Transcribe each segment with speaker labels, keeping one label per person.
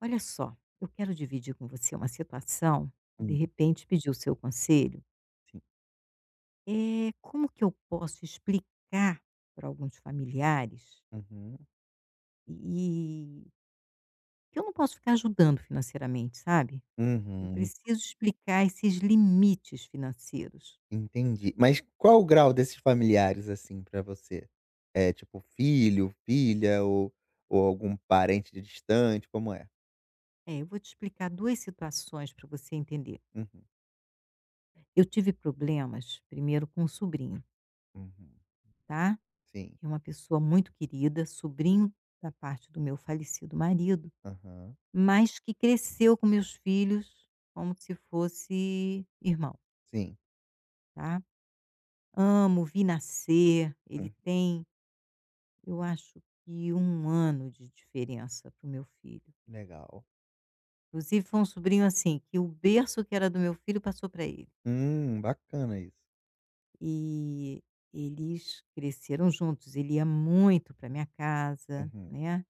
Speaker 1: Olha só, eu quero dividir com você uma situação e de
Speaker 2: Sim,
Speaker 1: repente pedir o seu conselho.
Speaker 2: sim.
Speaker 1: É como que eu posso explicar para alguns familiares
Speaker 2: Uhum.
Speaker 1: e que eu não posso ficar ajudando financeiramente, sabe? Eu
Speaker 2: Uhum.
Speaker 1: preciso explicar esses limites financeiros.
Speaker 2: Entendi. Mas qual o grau desses familiares, assim, pra você? É tipo filho, filha ou algum parente distante, como é?
Speaker 1: É, eu vou te explicar 2 situações para você entender.
Speaker 2: Uhum,
Speaker 1: Eu tive problemas primeiro com um sobrinho,
Speaker 2: uhum.
Speaker 1: tá?
Speaker 2: Sim.
Speaker 1: É uma pessoa muito querida, sobrinho da parte do meu falecido marido.
Speaker 2: Aham.
Speaker 1: Mas que cresceu com meus filhos como se fosse irmão,
Speaker 2: Sim.
Speaker 1: tá. Amo, vi nascer, ele
Speaker 2: Hum,
Speaker 1: tem, eu acho que um ano de diferença pro meu filho.
Speaker 2: legal.
Speaker 1: Inclusive foi um sobrinho, assim, que o berço que era do meu filho passou para ele.
Speaker 2: Bacana isso.
Speaker 1: E eles cresceram juntos, ele ia muito para minha casa,
Speaker 2: Uhum,
Speaker 1: né,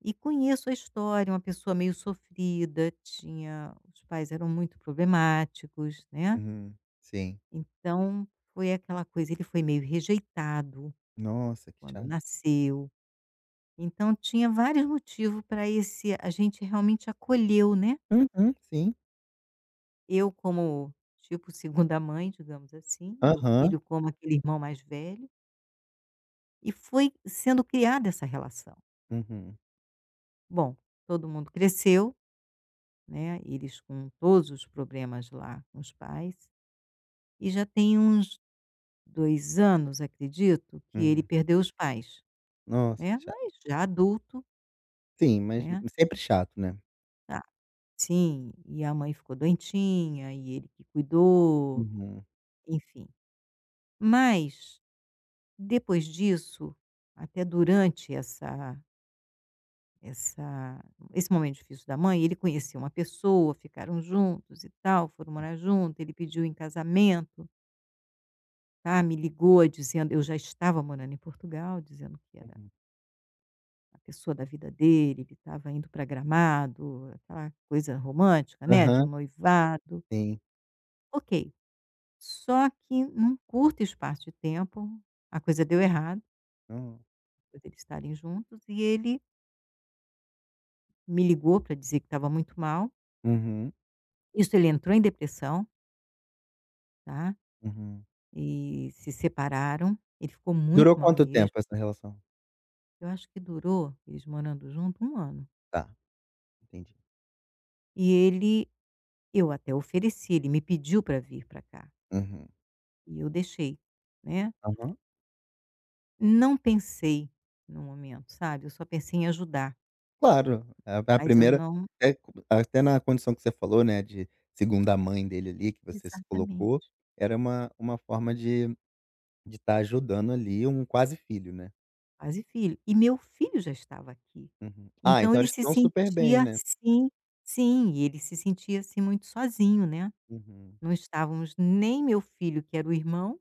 Speaker 1: e conheço a história, uma pessoa meio sofrida, tinha os pais eram muito problemáticos, né.
Speaker 2: uhum. Sim.
Speaker 1: Então, foi aquela coisa, ele foi meio rejeitado
Speaker 2: Nossa, que
Speaker 1: quando
Speaker 2: chato.
Speaker 1: nasceu, então tinha vários motivos para esse a gente realmente acolheu, né.
Speaker 2: Uhum, sim.
Speaker 1: Eu como, tipo, segunda mãe, digamos assim, meu
Speaker 2: Aham.
Speaker 1: filho como aquele irmão mais velho, e foi sendo criada essa relação.
Speaker 2: Uhum,
Speaker 1: Bom, todo mundo cresceu, né, eles com todos os problemas lá com os pais, e já tem uns 2 anos, acredito, que ele
Speaker 2: uhum.
Speaker 1: perdeu os pais,
Speaker 2: Nossa, que
Speaker 1: né, mas
Speaker 2: chato.
Speaker 1: já adulto,
Speaker 2: Sim, mas
Speaker 1: né.
Speaker 2: sempre chato, né.
Speaker 1: Ah, sim, e a mãe ficou doentinha e ele que cuidou,
Speaker 2: Uhum,
Speaker 1: enfim. Mas depois disso, até durante essa essa esse momento difícil da mãe, ele conheceu uma pessoa, ficaram juntos e tal, foram morar junto, ele pediu em casamento, tá, me ligou dizendo eu já estava morando em Portugal, dizendo que era
Speaker 2: uhum.
Speaker 1: a pessoa da vida dele, ele estava indo para Gramado, aquela coisa romântica, né, de um
Speaker 2: Aham,
Speaker 1: noivado.
Speaker 2: sim.
Speaker 1: Ok. Só que num curto espaço de tempo, a coisa deu errado,
Speaker 2: No.
Speaker 1: depois deles estarem juntos, e ele me ligou para dizer que estava muito mal.
Speaker 2: Uhum,
Speaker 1: Isso ele entrou em depressão, tá,
Speaker 2: uhum.
Speaker 1: e se separaram. Ele ficou
Speaker 2: Durou
Speaker 1: muito mal
Speaker 2: quanto
Speaker 1: mesmo.
Speaker 2: tempo essa relação?
Speaker 1: Eu acho que durou, eles morando junto, um ano.
Speaker 2: Tá, entendi.
Speaker 1: E ele Eu até ofereci, ele me pediu para vir para cá,
Speaker 2: Uhum.
Speaker 1: e eu deixei, né.
Speaker 2: Aham.
Speaker 1: Não pensei no momento, sabe, eu só pensei em ajudar,
Speaker 2: Claro, é a
Speaker 1: mas eu
Speaker 2: primeira
Speaker 1: não
Speaker 2: é até na condição que você falou, né, de segunda mãe dele ali, que você se colocou,
Speaker 1: exatamente.
Speaker 2: era uma forma de estar ajudando ali um quase filho, né.
Speaker 1: Pais e filho. E meu filho já estava aqui.
Speaker 2: Uhum. Ah,
Speaker 1: Então
Speaker 2: então
Speaker 1: ele
Speaker 2: eles se
Speaker 1: se
Speaker 2: dão super bem,
Speaker 1: sentia
Speaker 2: né.
Speaker 1: assim. Sim, e ele se sentia, assim, muito sozinho, né.
Speaker 2: Uhum.
Speaker 1: Não estávamos nem meu filho, que era o irmão,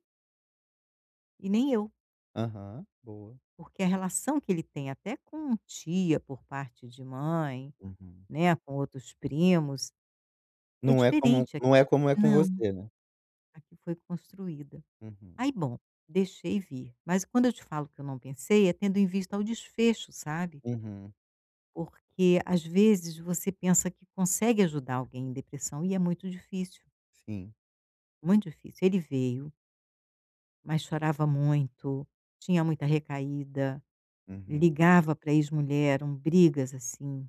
Speaker 1: e nem eu,
Speaker 2: Aham, boa.
Speaker 1: porque a relação que ele tem até com tia por parte de mãe,
Speaker 2: Uhum.
Speaker 1: né, com outros primos, é diferente. Aqui
Speaker 2: Não é como é com
Speaker 1: não,
Speaker 2: você, né.
Speaker 1: aqui foi construída.
Speaker 2: Uhum,
Speaker 1: Aí bom, deixei vir. Mas quando eu te falo que eu não pensei, é tendo em vista ao desfecho, sabe.
Speaker 2: uhum,
Speaker 1: Porque às vezes você pensa que consegue ajudar alguém em depressão e é muito difícil,
Speaker 2: sim.
Speaker 1: muito difícil. Ele veio, mas chorava muito, tinha muita recaída,
Speaker 2: Uhum.
Speaker 1: ligava para ex-mulher, eram brigas assim,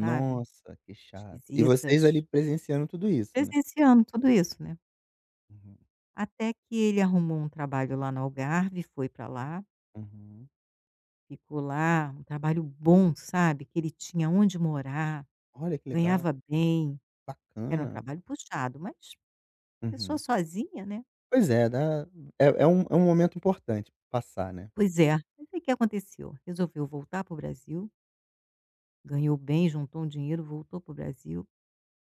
Speaker 1: sabe,
Speaker 2: que chato. E
Speaker 1: esquisitas.
Speaker 2: vocês ali presenciando tudo isso, né?
Speaker 1: Presenciando tudo isso, né.
Speaker 2: Uhum,
Speaker 1: Até que ele arrumou um trabalho lá no Algarve, foi para lá,
Speaker 2: uhum.
Speaker 1: ficou lá, um trabalho bom, sabe, que ele tinha onde morar,
Speaker 2: Olha que legal,
Speaker 1: ganhava bem, era um
Speaker 2: bacana.
Speaker 1: trabalho puxado, mas pessoa
Speaker 2: Uhum.
Speaker 1: sozinha, né.
Speaker 2: Pois é, dá é um momento importante passar, né?
Speaker 1: Pois é. Mas aí o que aconteceu? Resolveu voltar para o Brasil, ganhou bem, juntou um dinheiro, voltou para o Brasil.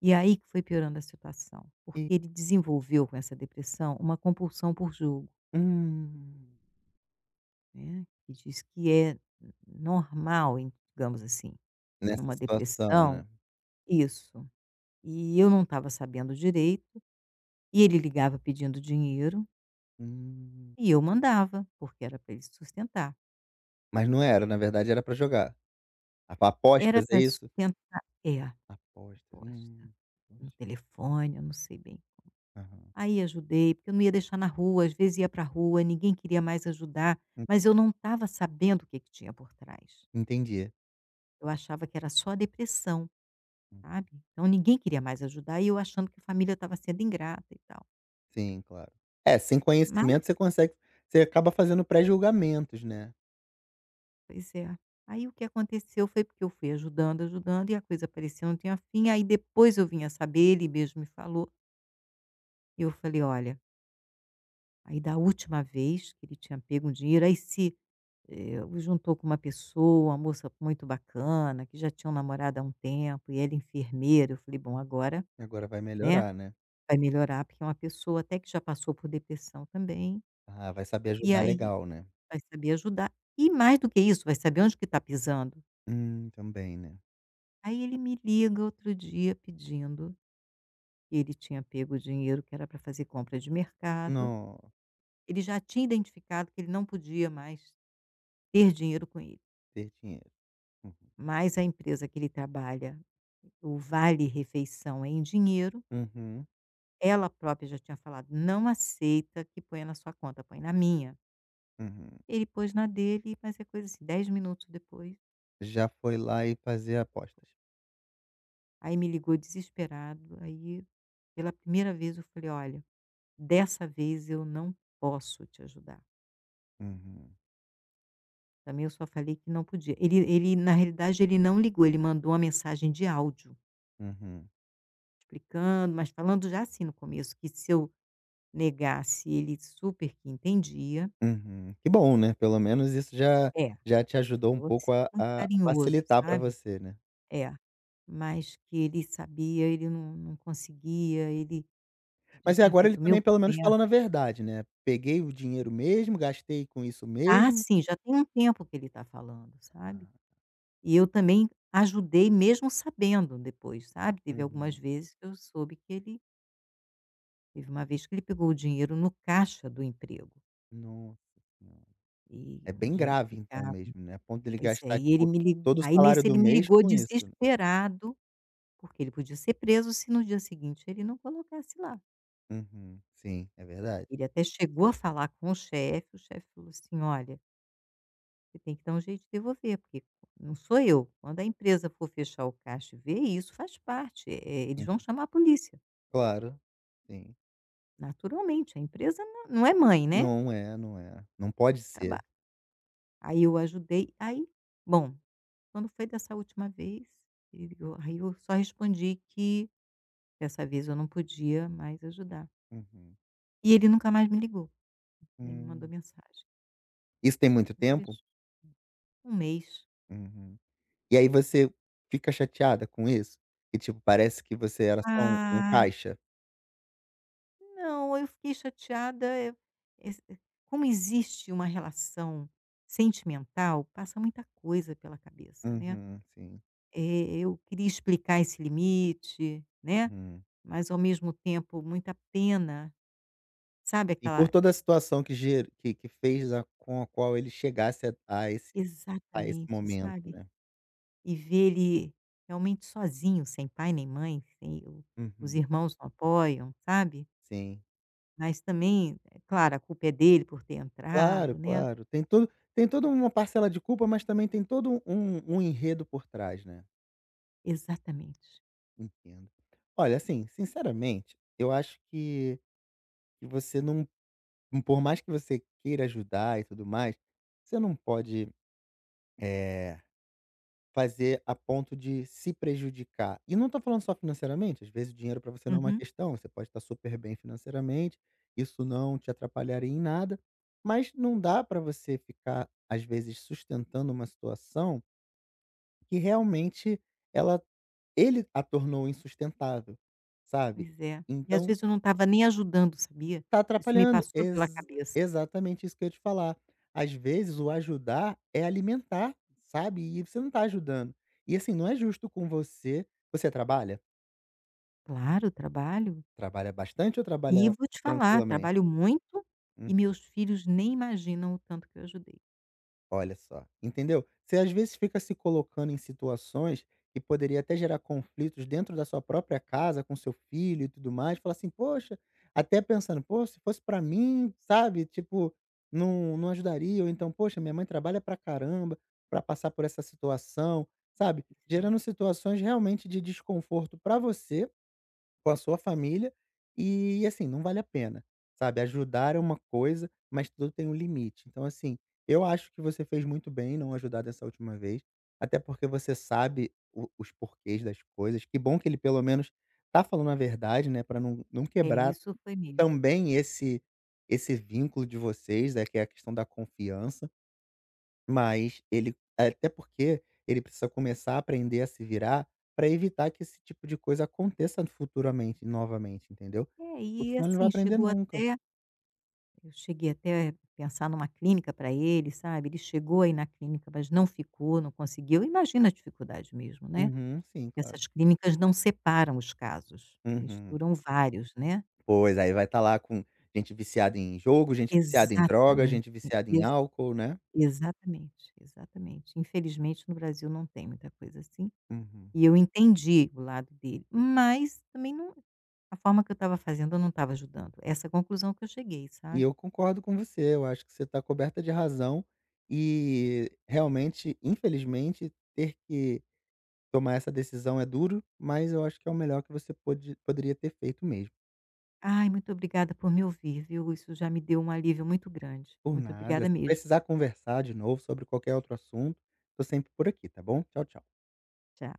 Speaker 1: E aí que foi piorando a situação,
Speaker 2: E
Speaker 1: porque ele desenvolveu com essa depressão uma compulsão por jogo,
Speaker 2: hum,
Speaker 1: né, que diz que é normal, digamos assim,
Speaker 2: nessa
Speaker 1: numa
Speaker 2: situação,
Speaker 1: depressão
Speaker 2: né?
Speaker 1: isso. E eu não estava sabendo direito, e ele ligava pedindo dinheiro,
Speaker 2: Hum.
Speaker 1: e eu mandava, porque era para ele sustentar.
Speaker 2: Mas não era, na verdade era pra jogar. Ap
Speaker 1: Era
Speaker 2: apostas, é
Speaker 1: para
Speaker 2: isso?
Speaker 1: sustentar é, a
Speaker 2: Apostas,
Speaker 1: aposta. No
Speaker 2: poxa.
Speaker 1: telefone, eu não sei bem.
Speaker 2: Aham.
Speaker 1: Aí ajudei, porque eu não ia deixar na rua, às vezes ia para a rua, ninguém queria mais ajudar,
Speaker 2: En
Speaker 1: mas eu não estava sabendo o que que tinha por trás.
Speaker 2: entendi.
Speaker 1: Eu achava que era só a depressão,
Speaker 2: Hum.
Speaker 1: sabe. Então ninguém queria mais ajudar e eu achando que a família estava sendo ingrata e tal.
Speaker 2: Sim, claro. É, sem conhecimento
Speaker 1: Mas
Speaker 2: você consegue você acaba fazendo pré-julgamentos, né?
Speaker 1: pois é. Aí o que aconteceu foi porque eu fui ajudando, ajudando e a coisa parecia não tinha fim, aí depois eu vim a saber, ele mesmo me falou, e eu falei: "Olha, aí da última vez que ele tinha pego um dinheiro, aí se" eu juntou com uma pessoa, uma moça muito bacana, que já tinha um namorado há um tempo e ele enfermeiro. Eu falei: "Bom, agora,
Speaker 2: Agora vai
Speaker 1: né,
Speaker 2: melhorar, né?
Speaker 1: vai melhorar, porque é uma pessoa até que já passou por depressão também,
Speaker 2: Ah, vai saber
Speaker 1: e
Speaker 2: ajudar
Speaker 1: aí
Speaker 2: legal, né.
Speaker 1: vai saber ajudar. E mais do que isso, vai saber onde que está pisando".
Speaker 2: Também, né.
Speaker 1: Aí ele me liga outro dia pedindo ele tinha pego o dinheiro que era para fazer compra de mercado.
Speaker 2: No
Speaker 1: Ele já tinha identificado que ele não podia mais ter dinheiro com ele,
Speaker 2: ter dinheiro. Uhum.
Speaker 1: mas a empresa que ele trabalha. O vale refeição é em dinheiro,
Speaker 2: Uhum,
Speaker 1: ela própria já tinha falado: "Não aceita que ponha na sua conta, põe na minha".
Speaker 2: uhum.
Speaker 1: Ele pôs na dele, mas é coisa assim, 10 minutos depois,
Speaker 2: Já foi lá e fazer apostas.
Speaker 1: aí me ligou desesperado, aí pela primeira vez eu falei: "Olha, dessa vez eu não posso te ajudar".
Speaker 2: Uhum,
Speaker 1: Também eu só falei que não podia. Ele, na realidade, ele não ligou, ele mandou uma mensagem de áudio,
Speaker 2: uhum,
Speaker 1: explicando, mas falando já assim no começo, que se eu negasse ele super que entendia.
Speaker 2: uhum. Que bom, né, pelo menos isso já
Speaker 1: É.
Speaker 2: já te ajudou um
Speaker 1: Falou assim,
Speaker 2: pouco
Speaker 1: muito
Speaker 2: a
Speaker 1: carinhoso,
Speaker 2: facilitar pra
Speaker 1: sabe.
Speaker 2: você, né.
Speaker 1: É. Mas que ele sabia, ele não conseguia, ele já
Speaker 2: Mas e
Speaker 1: tinha
Speaker 2: agora ele
Speaker 1: feito 1000
Speaker 2: também pelo menos falando a
Speaker 1: promessas.
Speaker 2: verdade, né, "Peguei o dinheiro mesmo, gastei com isso
Speaker 1: Ah,
Speaker 2: mesmo".
Speaker 1: sim, já tem um tempo que ele está falando, sabe.
Speaker 2: Ah,
Speaker 1: E eu também ajudei mesmo sabendo depois, sabe. Teve algumas
Speaker 2: uhum.
Speaker 1: vezes que eu soube que ele teve uma vez que ele pegou o dinheiro no caixa do emprego,
Speaker 2: Nossa senhora.
Speaker 1: e
Speaker 2: É
Speaker 1: um
Speaker 2: bem
Speaker 1: dinheiro
Speaker 2: grave
Speaker 1: que
Speaker 2: então
Speaker 1: ficava
Speaker 2: mesmo, né, a ponto dele
Speaker 1: pois é,
Speaker 2: gastar,
Speaker 1: e ele
Speaker 2: tipo,
Speaker 1: me ligou
Speaker 2: todo o
Speaker 1: aí
Speaker 2: salário
Speaker 1: nesse
Speaker 2: do
Speaker 1: ele me
Speaker 2: mês
Speaker 1: ligou
Speaker 2: com isso.
Speaker 1: desesperado, porque ele podia ser preso se no dia seguinte ele não colocasse lá.
Speaker 2: Uhum. Sim, é verdade.
Speaker 1: Ele até chegou a falar com o chefe falou assim: "Olha, você tem que dar um jeito de devolver, porque não sou eu. Quando a empresa for fechar o caixa e ver isso, faz parte, eles
Speaker 2: Hum,
Speaker 1: vão chamar a polícia,
Speaker 2: claro. Sim.
Speaker 1: naturalmente, a empresa não é mãe, né,
Speaker 2: Não é, não é. Não pode
Speaker 1: traba".
Speaker 2: ser.
Speaker 1: Aí eu ajudei, aí bom, quando foi dessa última vez, ele eu aí eu só respondi que dessa vez eu não podia mais ajudar.
Speaker 2: Uhum.
Speaker 1: E ele nunca mais me ligou, nem me mandou
Speaker 2: Hum.
Speaker 1: mensagem.
Speaker 2: Isso tem muito
Speaker 1: Então, por
Speaker 2: tempo?
Speaker 1: isso um mês.
Speaker 2: Uhum. E aí você fica chateada com isso? Que, tipo, parece que você era só um
Speaker 1: Ah,
Speaker 2: caixa?
Speaker 1: não, eu fiquei chateada, eh, esse como existe uma relação sentimental, passa muita coisa pela cabeça, né.
Speaker 2: Uhum, sim.
Speaker 1: Eu queria explicar esse limite, né,
Speaker 2: Uhum.
Speaker 1: mas ao mesmo tempo muita pena, sabe
Speaker 2: E por
Speaker 1: aquela
Speaker 2: toda a situação que ger que fez a com a qual ele chegasse a a esse a esse
Speaker 1: exatamente,
Speaker 2: momento,
Speaker 1: sabe.
Speaker 2: né.
Speaker 1: E ver ele realmente sozinho, sem pai nem mãe, sem o os
Speaker 2: Uhum.
Speaker 1: irmãos não apoiam, sabe.
Speaker 2: Sim.
Speaker 1: Mas também, é claro, a culpa é dele por ter
Speaker 2: Claro,
Speaker 1: entrado, né.
Speaker 2: claro. Tem toda uma parcela de culpa, mas também tem todo um enredo por trás, né.
Speaker 1: Exatamente.
Speaker 2: Entendo. Olha, assim, sinceramente, eu acho que você não por mais que você queira ajudar e tudo mais, você não pode, eh, fazer a ponto de se prejudicar. E não tô falando só financeiramente, às vezes o dinheiro para você não é uma
Speaker 1: Uhum.
Speaker 2: questão, você pode estar super bem financeiramente, isso não te atrapalharia em nada, mas não dá para você ficar, às vezes, sustentando uma situação que realmente ela ele a tornou insustentável, sabe.
Speaker 1: Pois é. E às
Speaker 2: Então
Speaker 1: vezes eu não estava nem ajudando, sabia?
Speaker 2: tá
Speaker 1: Isso me
Speaker 2: atrapalhando.
Speaker 1: passou pela
Speaker 2: Ex
Speaker 1: cabeça.
Speaker 2: exatamente isso que eu ia te falar. Às vezes o ajudar é alimentar, sabe, e você não tá ajudando. E assim, não é justo com você. Você trabalha?
Speaker 1: Claro, trabalho.
Speaker 2: Trabalha bastante ou
Speaker 1: E
Speaker 2: trabalha
Speaker 1: vou te falar,
Speaker 2: tranquilamente?
Speaker 1: trabalho muito e meus filhos nem imaginam o tanto que eu ajudei.
Speaker 2: Olha só, entendeu? Você às vezes fica se colocando em situações que poderia até gerar conflitos dentro da sua própria casa, com seu filho e tudo mais. Fala assim, poxa, até pensando, pô, se fosse pra mim, sabe? Tipo, não, não ajudaria. Ou então, poxa, minha mãe trabalha pra caramba pra passar por essa situação, sabe?
Speaker 1: Pois é.
Speaker 2: Gerando situações realmente de desconforto pra você com a sua família e, assim, não vale a pena, sabe. Ajudar é uma coisa, mas tudo tem um limite. Então, assim, eu acho que você fez muito bem em não ajudar dessa última vez, até porque você sabe o os porquês das coisas. Que bom que ele pelo menos tá falando a verdade, né, pra não
Speaker 1: É,
Speaker 2: quebrar
Speaker 1: isso foi mesmo.
Speaker 2: também esse vínculo de vocês, né, que é a questão da confiança. Mas ele até porque ele precisa começar a aprender a se virar para evitar que esse tipo de coisa aconteça futuramente, novamente, entendeu?
Speaker 1: É,
Speaker 2: Porque
Speaker 1: e
Speaker 2: senão ele não vai
Speaker 1: assim,
Speaker 2: aprender
Speaker 1: chegou
Speaker 2: nunca.
Speaker 1: até eu cheguei até a pensar numa clínica para ele, sabe, ele chegou aí na clínica, mas não ficou, não conseguiu. Imagina a dificuldade mesmo, né.
Speaker 2: Uhum, sim, claro.
Speaker 1: Essas clínicas não separam os casos,
Speaker 2: Uhum.
Speaker 1: misturam vários, né.
Speaker 2: Pois, aí vai estar lá com gente viciada em jogo, gente viciada em droga,
Speaker 1: Exatamente,
Speaker 2: gente viciada em
Speaker 1: ex
Speaker 2: álcool, né?
Speaker 1: exatamente, exatamente. Infelizmente no Brasil não tem muita coisa assim,
Speaker 2: Uhum.
Speaker 1: e eu entendi o lado dele, mas também não a forma que eu estava fazendo eu não estava ajudando. Essa é a conclusão que eu cheguei,
Speaker 2: E
Speaker 1: sabe.
Speaker 2: eu concordo com você, eu acho que você está coberta de razão e realmente, infelizmente, ter que tomar essa decisão é duro, mas eu acho que é o melhor que você poderia ter feito mesmo.
Speaker 1: Ai, muito obrigada por me ouvir, viu. Isso já me deu um alívio muito grande.
Speaker 2: Por
Speaker 1: Muito
Speaker 2: nada,
Speaker 1: obrigada
Speaker 2: se
Speaker 1: mesmo.
Speaker 2: precisar conversar de novo sobre qualquer outro assunto, tô sempre por aqui, tá bom? Tchau, tchau.
Speaker 1: Tchau.